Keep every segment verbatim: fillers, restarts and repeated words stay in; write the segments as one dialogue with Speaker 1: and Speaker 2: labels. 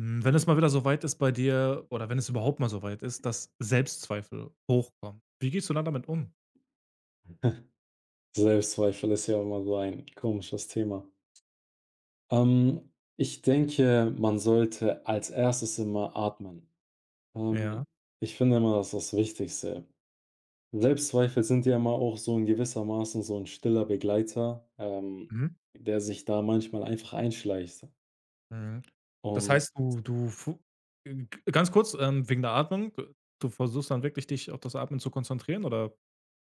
Speaker 1: Hm, wenn es mal wieder so weit ist bei dir oder wenn es überhaupt mal so weit ist, dass Selbstzweifel hochkommen, wie gehst du dann damit um?
Speaker 2: Selbstzweifel ist ja immer so ein komisches Thema. Ähm, Ich denke, man sollte als Erstes immer atmen.
Speaker 1: Ja.
Speaker 2: Ähm, Ich finde immer, das ist das Wichtigste. Selbstzweifel sind ja immer auch so in gewissermaßen so ein stiller Begleiter, ähm,
Speaker 1: Mhm.
Speaker 2: der sich da manchmal einfach einschleicht.
Speaker 1: Mhm. Das
Speaker 2: Und
Speaker 1: heißt, du du fu g ganz kurz, ähm, wegen der Atmung, d du versuchst dann wirklich, dich auf das Atmen zu konzentrieren oder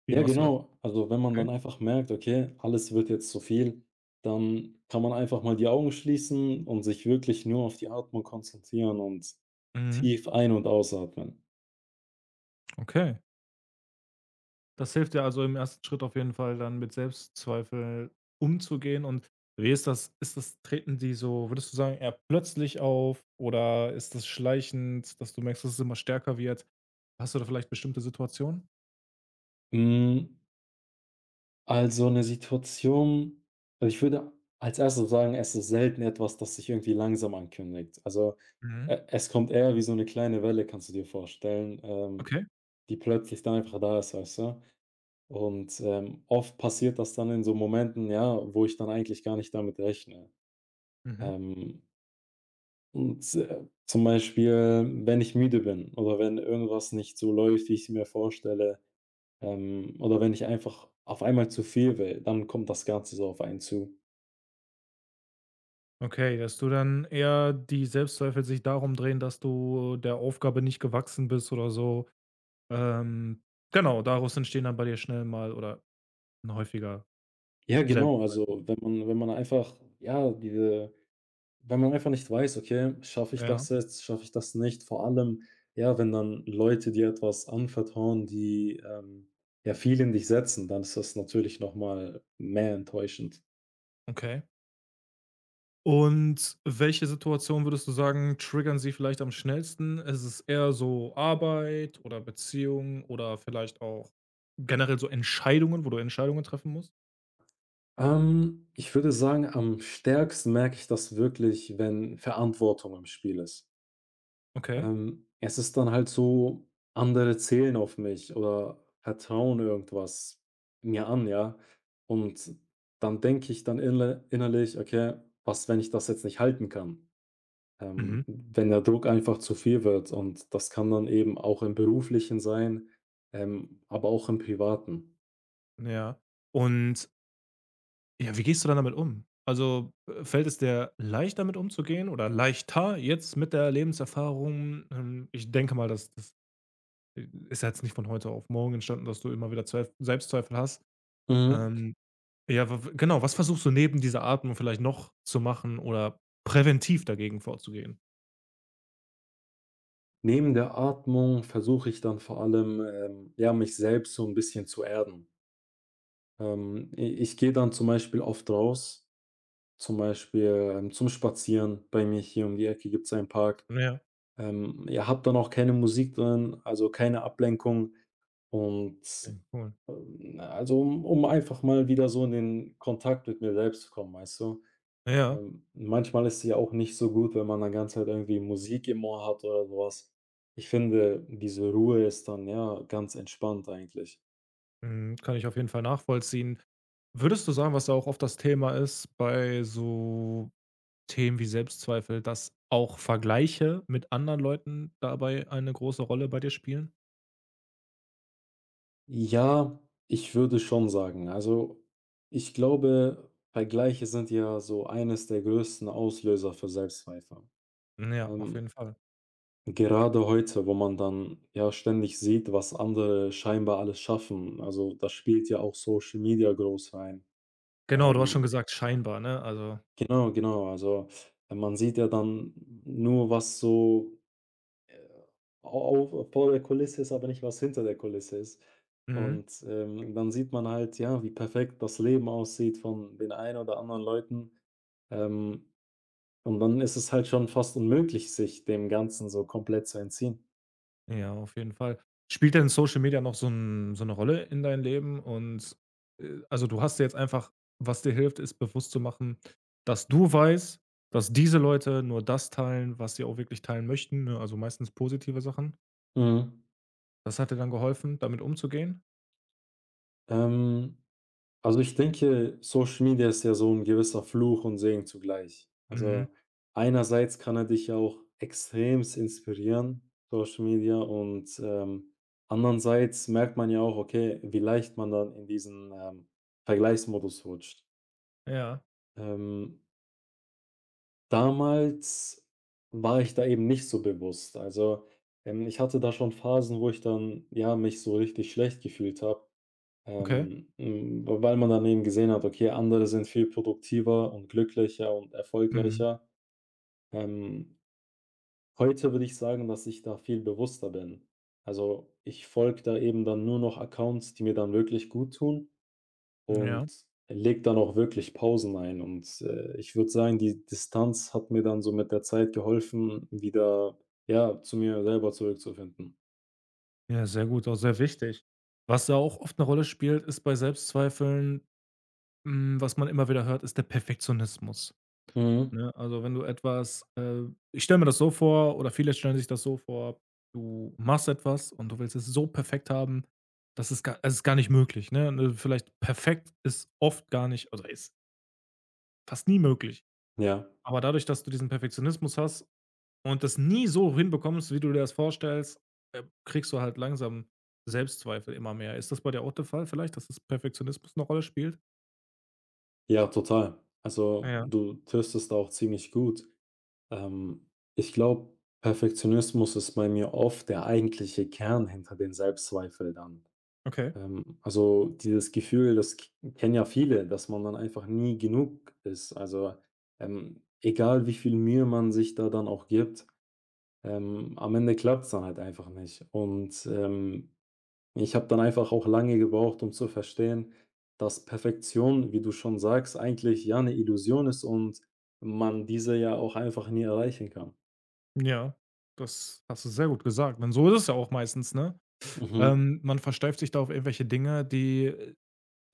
Speaker 1: wie
Speaker 2: Ja,
Speaker 1: machst du das?
Speaker 2: genau. Also, wenn man dann
Speaker 1: Okay.
Speaker 2: einfach merkt, okay, alles wird jetzt zu viel, dann kann man einfach mal die Augen schließen und sich wirklich nur auf die Atmung konzentrieren und
Speaker 1: Mhm.
Speaker 2: tief ein- und ausatmen.
Speaker 1: Okay. Das hilft dir also im ersten Schritt auf jeden Fall dann mit Selbstzweifel umzugehen, und wie ist das ist das treten die so, würdest du sagen, eher plötzlich auf oder ist das schleichend, dass du merkst, dass es immer stärker wird? Hast du da vielleicht bestimmte Situationen?
Speaker 2: Hm, also eine Situation Also, ich würde als Erstes sagen, es ist selten etwas, das sich irgendwie langsam ankündigt. Also,
Speaker 1: Mhm.
Speaker 2: e es kommt eher wie so eine kleine Welle, kannst du dir vorstellen, ähm,
Speaker 1: Okay.
Speaker 2: die plötzlich dann einfach da ist, weißt du? Und ähm, oft passiert das dann in so Momenten, ja, wo ich dann eigentlich gar nicht damit rechne.
Speaker 1: Mhm.
Speaker 2: Ähm, und, äh, zum Beispiel, wenn ich müde bin oder wenn irgendwas nicht so läuft, wie ich's mir vorstelle, ähm, oder wenn ich einfach auf einmal zu viel will, dann kommt das Ganze so auf einen zu.
Speaker 1: Okay, dass du dann eher die Selbstzweifel sich darum drehen, dass du der Aufgabe nicht gewachsen bist oder so. Ähm, genau, daraus entstehen dann bei dir schnell mal oder häufiger
Speaker 2: Ja,
Speaker 1: Selbst
Speaker 2: genau, also wenn man wenn man einfach, ja, diese wenn man einfach nicht weiß: „Okay, schaffe ich
Speaker 1: Ja.
Speaker 2: das jetzt? Schaffe ich das nicht?“ Vor allem, ja, wenn dann Leute dir etwas anvertrauen, die, ähm, ja, viel in dich setzen, dann ist das natürlich noch mal mehr enttäuschend.
Speaker 1: Okay. Und welche Situation würdest du sagen, triggern sie vielleicht am schnellsten? Ist es eher so Arbeit oder Beziehung oder vielleicht auch generell so Entscheidungen, wo du Entscheidungen treffen musst?
Speaker 2: Ähm, ich würde sagen, am stärksten merke ich das wirklich, wenn Verantwortung im Spiel ist.
Speaker 1: Okay.
Speaker 2: Ähm, es ist dann halt so, andere zählen auf mich oder vertrauen irgendwas mir an, ja. Und dann denke ich dann inle innerlich: „Okay, was, wenn ich das jetzt nicht halten kann?“ Ähm,
Speaker 1: Mhm.
Speaker 2: wenn der Druck einfach zu viel wird, und das kann dann eben auch im Beruflichen sein, ähm, aber auch im Privaten.
Speaker 1: Ja. Und ja, wie gehst du dann damit um? Also äh, fällt es dir leicht damit umzugehen oder leichter jetzt mit der Lebenserfahrung? Ähm, Ich denke mal, dass das äh, ist ja jetzt nicht von heute auf morgen entstanden, dass du immer wieder Zweif Selbstzweifel hast.
Speaker 2: Mhm.
Speaker 1: Ähm, Ja, w genau, was versuchst du neben dieser Atmung vielleicht noch zu machen oder präventiv dagegen vorzugehen?
Speaker 2: Neben der Atmung versuche ich dann vor allem, ähm, ja, mich selbst so ein bisschen zu erden. Ähm, i ich gehe dann zum Beispiel oft raus. Zum Beispiel ähm, zum Spazieren. Bei mir hier um die Ecke gibt es einen Park.
Speaker 1: Ja,
Speaker 2: Ähm, ja, habe dann auch keine Musik drin, also keine Ablenkung und
Speaker 1: okay, cool.
Speaker 2: ähm, also, um um einfach mal wieder so in den Kontakt mit mir selbst zu kommen, weißt du?
Speaker 1: Ja,
Speaker 2: Ähm, manchmal ist es ja auch nicht so gut, wenn man dann ganze Zeit irgendwie Musik im Ohr hat oder sowas. Ich finde, diese Ruhe ist dann, ja, ganz entspannt eigentlich.
Speaker 1: mhm, kann ich auf jeden Fall nachvollziehen. Würdest du sagen, was da auch oft das Thema ist bei so Themen wie Selbstzweifel, dass auch Vergleiche mit anderen Leuten dabei eine große Rolle bei dir spielen?
Speaker 2: Ja, ich würde schon sagen. Also, ich glaube, Vergleiche sind ja so eines der größten Auslöser für Selbstzweifel.
Speaker 1: Ja, auf jeden
Speaker 2: Ähm,
Speaker 1: Fall.
Speaker 2: Gerade heute, wo man dann ja ständig sieht, was andere scheinbar alles schaffen. Also, das spielt ja auch Social Media groß rein.
Speaker 1: Genau, du hast schon
Speaker 2: Ähm,
Speaker 1: gesagt, scheinbar, ne? Also
Speaker 2: genau, genau. Also, man sieht ja dann nur, was so au auf vor der Kulisse ist, aber nicht, was hinter der Kulisse ist.
Speaker 1: mhm.
Speaker 2: Und ähm, dann sieht man halt, ja, wie perfekt das Leben aussieht von den einen oder anderen Leuten. Ähm, und dann ist es halt schon fast unmöglich, sich dem Ganzen so komplett zu entziehen.
Speaker 1: Ja, auf jeden Fall. Spielt denn Social Media noch so 'n so 'ne Rolle in deinem Leben? Und, äh, also, du hast dir jetzt einfach, was dir hilft, ist bewusst zu machen, dass du weißt, dass diese Leute nur das teilen, was sie auch wirklich teilen möchten, ne, also, meistens positive Sachen.
Speaker 2: Mhm.
Speaker 1: Das hat dir dann geholfen, damit umzugehen?
Speaker 2: Ähm Also, ich denke, Social Media ist ja so ein gewisser Fluch und Segen zugleich.
Speaker 1: Mhm.
Speaker 2: Also, einerseits kann er dich ja auch extremst inspirieren, Social Media, und ähm, andererseits merkt man ja auch, okay, wie leicht man dann in diesen, ähm, Vergleichsmodus rutscht.
Speaker 1: Ja.
Speaker 2: Ähm, Damals war ich da eben nicht so bewusst. Also, ähm, ich hatte da schon Phasen, wo ich dann, ja, mich so richtig schlecht gefühlt habe.
Speaker 1: Okay.
Speaker 2: Ähm, hm, weil man dann eben gesehen hat, okay, andere sind viel produktiver und glücklicher und
Speaker 1: Mhm.
Speaker 2: erfolgreicher. Ähm, Heute würde ich sagen, dass ich da viel bewusster bin. Also, ich folge da eben dann nur noch Accounts, die mir dann wirklich gut tun
Speaker 1: Ja.
Speaker 2: und lege dann auch wirklich Pausen ein. Und äh, ich würde sagen, die Distanz hat mir dann so mit der Zeit geholfen, wieder, ja, zu mir selber zurückzufinden.
Speaker 1: Ja, sehr gut, auch sehr wichtig. Was da auch oft eine Rolle spielt, ist bei Selbstzweifeln, hm, was man immer wieder hört, ist der Perfektionismus.
Speaker 2: Mhm.
Speaker 1: Ne, also, wenn du etwas, äh ich stelle mir das so vor oder viele stellen sich das so vor, du machst etwas und du willst es so perfekt haben. Das ist gar Es ist gar nicht möglich, ne? Ne, vielleicht perfekt ist oft gar nicht, also, ist fast nie möglich.
Speaker 2: Ja,
Speaker 1: Aber dadurch, dass du diesen Perfektionismus hast und das nie so hinbekommst, wie du dir das vorstellst, äh, kriegst du halt langsam Selbstzweifel immer mehr. Ist das bei dir auch der Fall vielleicht, dass das Perfektionismus eine Rolle spielt?
Speaker 2: ja, total. Also,
Speaker 1: Ja,
Speaker 2: du trifft es da auch ziemlich gut. Ähm, Ich glaube, Perfektionismus ist bei mir oft der eigentliche Kern hinter den Selbstzweifeln dann.
Speaker 1: okay.
Speaker 2: Ähm, also dieses Gefühl, das k kennen ja viele, dass man dann einfach nie genug ist. Also, ähm, egal wie viel Mühe man sich da dann auch gibt, ähm, am Ende klappt's dann halt einfach nicht. Und ähm, ich habe dann einfach auch lange gebraucht, um zu verstehen, dass Perfektion, wie du schon sagst, eigentlich ja eine Illusion ist und man diese ja auch einfach nie erreichen kann.
Speaker 1: Ja, das hast du sehr gut gesagt. Und so ist es ja auch meistens, ne?
Speaker 2: Mhm.
Speaker 1: Ähm, man versteift sich da auf irgendwelche Dinge, die äh,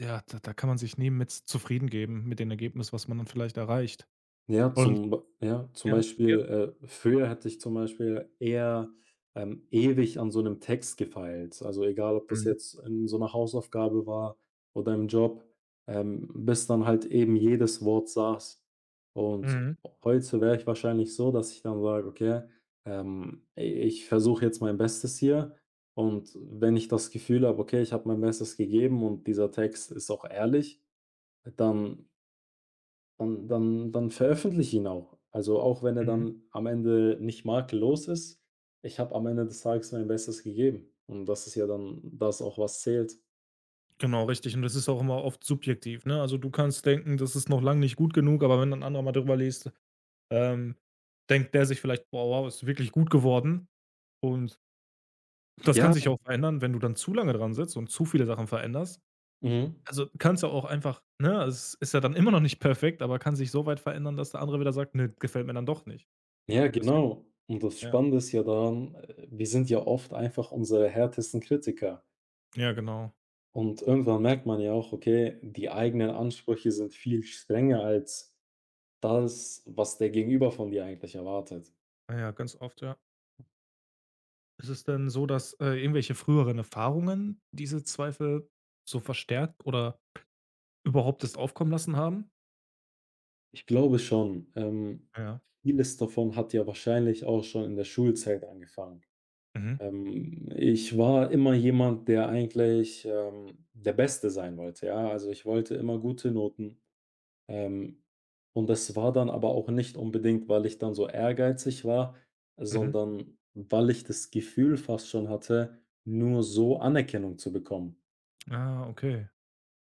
Speaker 1: ja, da da kann man sich nie mit zufrieden geben mit dem Ergebnis, was man dann vielleicht erreicht.
Speaker 2: Ja,
Speaker 1: Und
Speaker 2: zum Be ja, zum
Speaker 1: ja, ja.
Speaker 2: Beispiel, äh, früher hätte ich zum Beispiel eher ähm, ewig an so einem Text gefeilt. Also, egal, ob das
Speaker 1: Mhm.
Speaker 2: jetzt in so einer Hausaufgabe war oder im Job, ähm, bis dann halt eben jedes Wort saß. Und
Speaker 1: Mhm.
Speaker 2: heute wäre ich wahrscheinlich so, dass ich dann sage: „Okay, ähm, i ich versuche jetzt mein Bestes hier.“ Und wenn ich das Gefühl habe, okay, ich habe mein Bestes gegeben und dieser Text ist auch ehrlich, dann Dann dann dann veröffentliche ihn auch. Also, auch wenn er
Speaker 1: Mhm.
Speaker 2: dann am Ende nicht makellos ist, ich habe am Ende des Tages mein Bestes gegeben. Und das ist ja dann das auch, was zählt.
Speaker 1: Genau, richtig. Und das ist auch immer oft subjektiv, ne? Also, du kannst denken, das ist noch lange nicht gut genug, aber wenn dann anderer mal drüber liest, ähm, denkt der sich vielleicht: „Boah, wow, ist wirklich gut geworden." Und das kann
Speaker 2: Ja,
Speaker 1: sich auch verändern, wenn du dann zu lange dran sitzt und zu viele Sachen veränderst.
Speaker 2: mhm.
Speaker 1: Also, kannst du auch einfach, ne, also es ist ja dann immer noch nicht perfekt, aber kann sich so weit verändern, dass der andere wieder sagt: „Ne, gefällt mir dann doch nicht." Ne,
Speaker 2: Ja,
Speaker 1: und deswegen,
Speaker 2: genau. Und das
Speaker 1: ja.
Speaker 2: Spannende ist ja daran, äh, wir sind ja oft einfach unsere härtesten Kritiker.
Speaker 1: Ja, genau.
Speaker 2: Und irgendwann merkt man ja auch, okay, die eigenen Ansprüche sind viel strenger als das, was der Gegenüber von dir eigentlich erwartet.
Speaker 1: Ja, ja, ganz oft, ja. Ist es denn so, dass, äh, irgendwelche früheren Erfahrungen diese Zweifel so verstärkt oder überhaupt erst aufkommen lassen haben?
Speaker 2: Ich glaube schon. Ähm,
Speaker 1: Ja.
Speaker 2: vieles davon hat ja wahrscheinlich auch schon in der Schulzeit angefangen.
Speaker 1: Mhm.
Speaker 2: Ähm, ich war immer jemand, der eigentlich ähm, der Beste sein wollte, ja. Also, ich wollte immer gute Noten. Ähm, und das war dann aber auch nicht unbedingt, weil ich dann so ehrgeizig war,
Speaker 1: Mhm.
Speaker 2: sondern weil ich das Gefühl fast schon hatte, nur so Anerkennung zu bekommen.
Speaker 1: Ah, okay.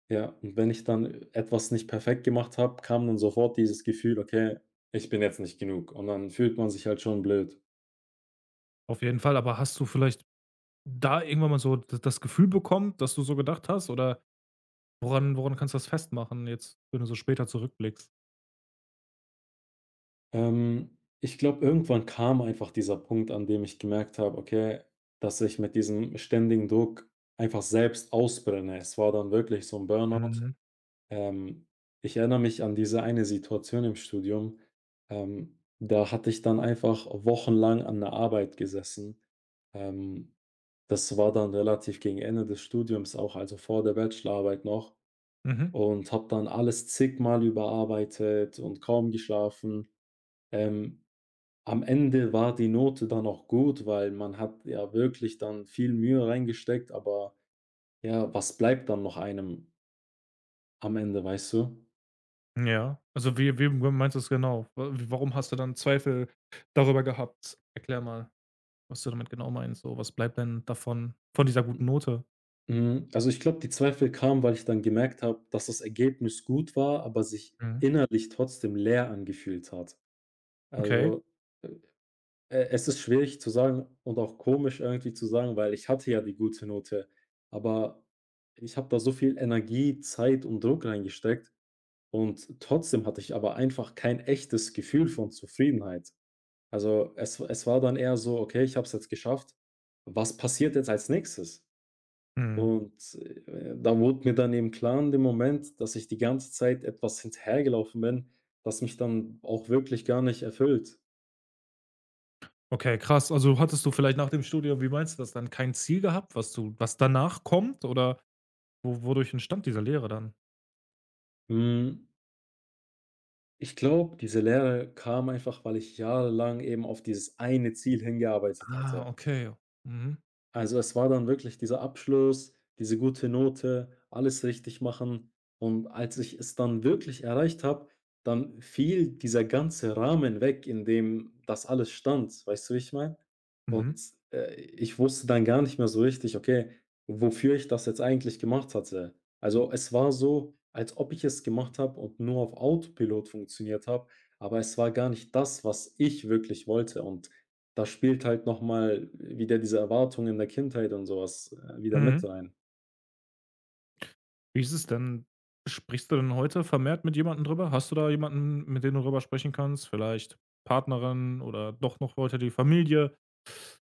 Speaker 2: Ja, und wenn ich dann etwas nicht perfekt gemacht habe, kam dann sofort dieses Gefühl: „Okay, ich bin jetzt nicht genug.“ Und dann fühlt man sich halt schon blöd.
Speaker 1: Auf jeden Fall. Aber hast du vielleicht da irgendwann mal so d das Gefühl bekommen, dass du so gedacht hast? Oder woran woran kannst du das festmachen jetzt, wenn du so später zurückblickst?
Speaker 2: Ähm, ich glaube, irgendwann kam einfach dieser Punkt, an dem ich gemerkt habe, okay, dass ich mit diesem ständigen Druck einfach selbst ausbrenne. Es war dann wirklich so 'n Burnout.
Speaker 1: Mhm.
Speaker 2: Ähm, Ich erinnere mich an diese eine Situation im Studium, ähm, da hatte ich dann einfach wochenlang an der Arbeit gesessen. Ähm, Das war dann relativ gegen Ende des Studiums auch, also vor der Bachelorarbeit noch,
Speaker 1: Mhm.
Speaker 2: und habe dann alles zigmal überarbeitet und kaum geschlafen. Ähm, Am Ende war die Note dann auch gut, weil man hat ja wirklich dann viel Mühe reingesteckt, aber ja, was bleibt dann noch einem am Ende, weißt du?
Speaker 1: Ja. Also, wie wie meinst du es genau? Wa warum hast du dann Zweifel darüber gehabt? Erklär mal, was du damit genau meinst. So, was bleibt denn davon von dieser guten Note?
Speaker 2: Hm, also, ich glaube, die Zweifel kamen, weil ich dann gemerkt habe, dass das Ergebnis gut war, aber sich
Speaker 1: Mhm.
Speaker 2: innerlich trotzdem leer angefühlt hat.
Speaker 1: Okay.
Speaker 2: Also, äh, e es ist schwierig zu sagen und auch komisch irgendwie zu sagen, weil ich hatte ja die gute Note, aber ich habe da so viel Energie, Zeit und Druck reingesteckt und trotzdem hatte ich aber einfach kein echtes Gefühl von Zufriedenheit. Also, es es war dann eher so: „Okay, ich habe es jetzt geschafft. Was passiert jetzt als Nächstes?“
Speaker 1: Mhm.
Speaker 2: Und äh, da wurde mir dann eben klar in dem Moment, dass ich die ganze Zeit etwas hinterhergelaufen bin, das mich dann auch wirklich gar nicht erfüllt.
Speaker 1: Okay, krass. Also, hattest du vielleicht nach dem Studium, wie meinst du das dann, kein Ziel gehabt, was du was danach kommt oder wo wodurch entstand diese Lehre dann?
Speaker 2: Hm, ich glaube, diese Leere kam einfach, weil ich jahrelang eben auf dieses eine Ziel hingearbeitet
Speaker 1: Ah,
Speaker 2: hatte.
Speaker 1: okay. Mhm.
Speaker 2: Also, es war dann wirklich dieser Abschluss, diese gute Note, alles richtig machen. Und als ich es dann wirklich erreicht habe, dann fiel dieser ganze Rahmen weg, in dem das alles stand. Weißt du, wie ich meine?
Speaker 1: Mhm.
Speaker 2: Und äh, ich wusste dann gar nicht mehr so richtig, okay, wofür ich das jetzt eigentlich gemacht hatte. Also, es war so, als ob ich es gemacht habe und nur auf Autopilot funktioniert habe, aber es war gar nicht das, was ich wirklich wollte. Und da spielt halt noch mal wieder diese Erwartung in der Kindheit und sowas äh, wieder mit
Speaker 1: Mhm.
Speaker 2: rein.
Speaker 1: Wie ist es denn? Sprichst du denn heute vermehrt mit jemandem drüber? Hast du da jemanden, mit dem du drüber sprechen kannst? Vielleicht Partnerin oder doch noch weiter die Familie?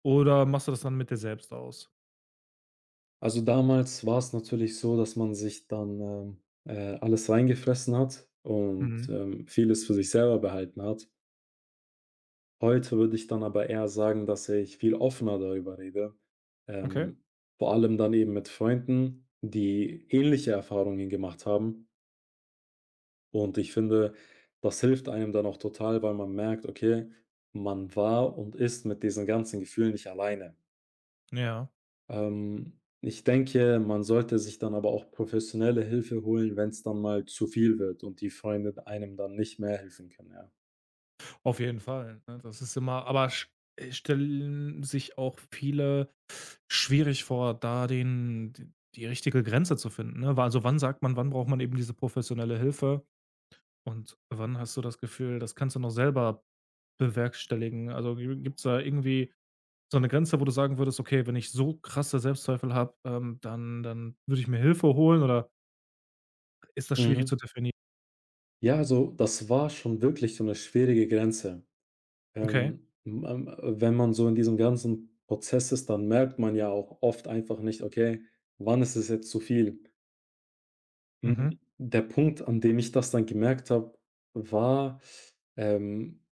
Speaker 1: Oder machst du das dann mit dir selbst aus?
Speaker 2: Also, damals war es natürlich so, dass man sich dann ähm, äh, alles reingefressen hat und
Speaker 1: Mhm.
Speaker 2: ähm, vieles für sich selber behalten hat. Heute würde ich dann aber eher sagen, dass ich viel offener darüber rede,
Speaker 1: Okay.
Speaker 2: ähm, vor allem dann eben mit Freunden, die ähnliche Erfahrungen gemacht haben. Und ich finde, das hilft einem dann auch total, weil man merkt, okay, man war und ist mit diesen ganzen Gefühlen nicht alleine.
Speaker 1: Ja,
Speaker 2: Ähm, ich denke, man sollte sich dann aber auch professionelle Hilfe holen, wenn es dann mal zu viel wird und die Freunde einem dann nicht mehr helfen können, ja.
Speaker 1: auf jeden Fall, ne? Das ist immer aber sch äh, stellen sich auch viele schwierig vor, da den d die richtige Grenze zu finden, ne? Wa also, wann sagt man, wann braucht man eben diese professionelle Hilfe und wann hast du das Gefühl, das kannst du noch selber bewerkstelligen? Also, gi gibt's da irgendwie so eine Grenze, wo du sagen würdest: „Okay, wenn ich so krasse Selbstzweifel habe, ähm, dann dann würde ich mir Hilfe holen", oder ist das schwierig
Speaker 2: Mhm.
Speaker 1: zu definieren?
Speaker 2: Ja, also das war schon wirklich so 'ne schwierige Grenze.
Speaker 1: Okay.
Speaker 2: Ähm, m ähm, Wenn man so in diesem ganzen Prozess ist, dann merkt man ja auch oft einfach nicht: „Okay, wann ist es jetzt zu viel?“ Hm,
Speaker 1: Mhm,
Speaker 2: der Punkt, an dem ich das dann gemerkt habe, war, ähm,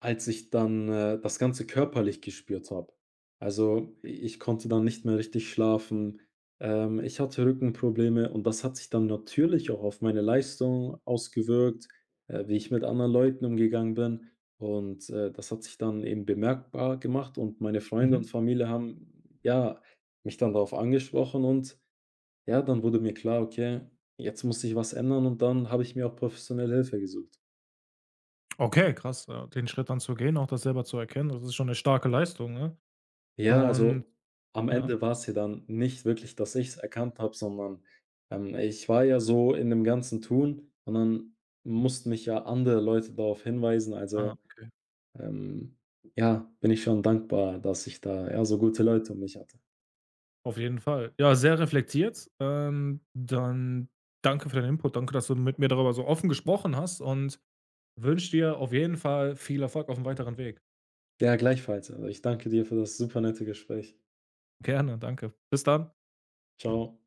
Speaker 2: als ich dann äh, das Ganze körperlich gespürt habe. Also, i ich konnte dann nicht mehr richtig schlafen, ähm, ich hatte Rückenprobleme und das hat sich dann natürlich auch auf meine Leistung ausgewirkt, äh, wie ich mit anderen Leuten umgegangen bin. Und äh, das hat sich dann eben bemerkbar gemacht und meine Freunde
Speaker 1: mhm.
Speaker 2: und Familie haben, ja, mich dann darauf angesprochen und ja, dann wurde mir klar: „Okay, jetzt muss ich was ändern“, und dann habe ich mir auch professionelle Hilfe gesucht.
Speaker 1: Okay, krass, äh, den Schritt dann zu gehen, auch das selber zu erkennen, das ist schon eine starke Leistung, ne?
Speaker 2: Ja,
Speaker 1: Und
Speaker 2: also, am
Speaker 1: ja.
Speaker 2: Ende war es ja dann nicht wirklich, dass ich es erkannt habe, sondern ähm, ich war ja so in dem ganzen Tun und dann mussten mich ja andere Leute darauf hinweisen.
Speaker 1: Ah,
Speaker 2: Also,
Speaker 1: okay.
Speaker 2: ähm, ja, bin ich schon dankbar, dass ich da, ja, so gute Leute um mich hatte.
Speaker 1: Auf jeden Fall. Ja, sehr reflektiert. Ähm, dann danke für deinen Input. Danke, dass du mit mir darüber so offen gesprochen hast und wünsche dir auf jeden Fall viel Erfolg auf dem weiteren Weg.
Speaker 2: Ja, gleichfalls. Also, ich danke dir für das super nette Gespräch.
Speaker 1: Gerne, danke. Bis dann.
Speaker 2: Ciao.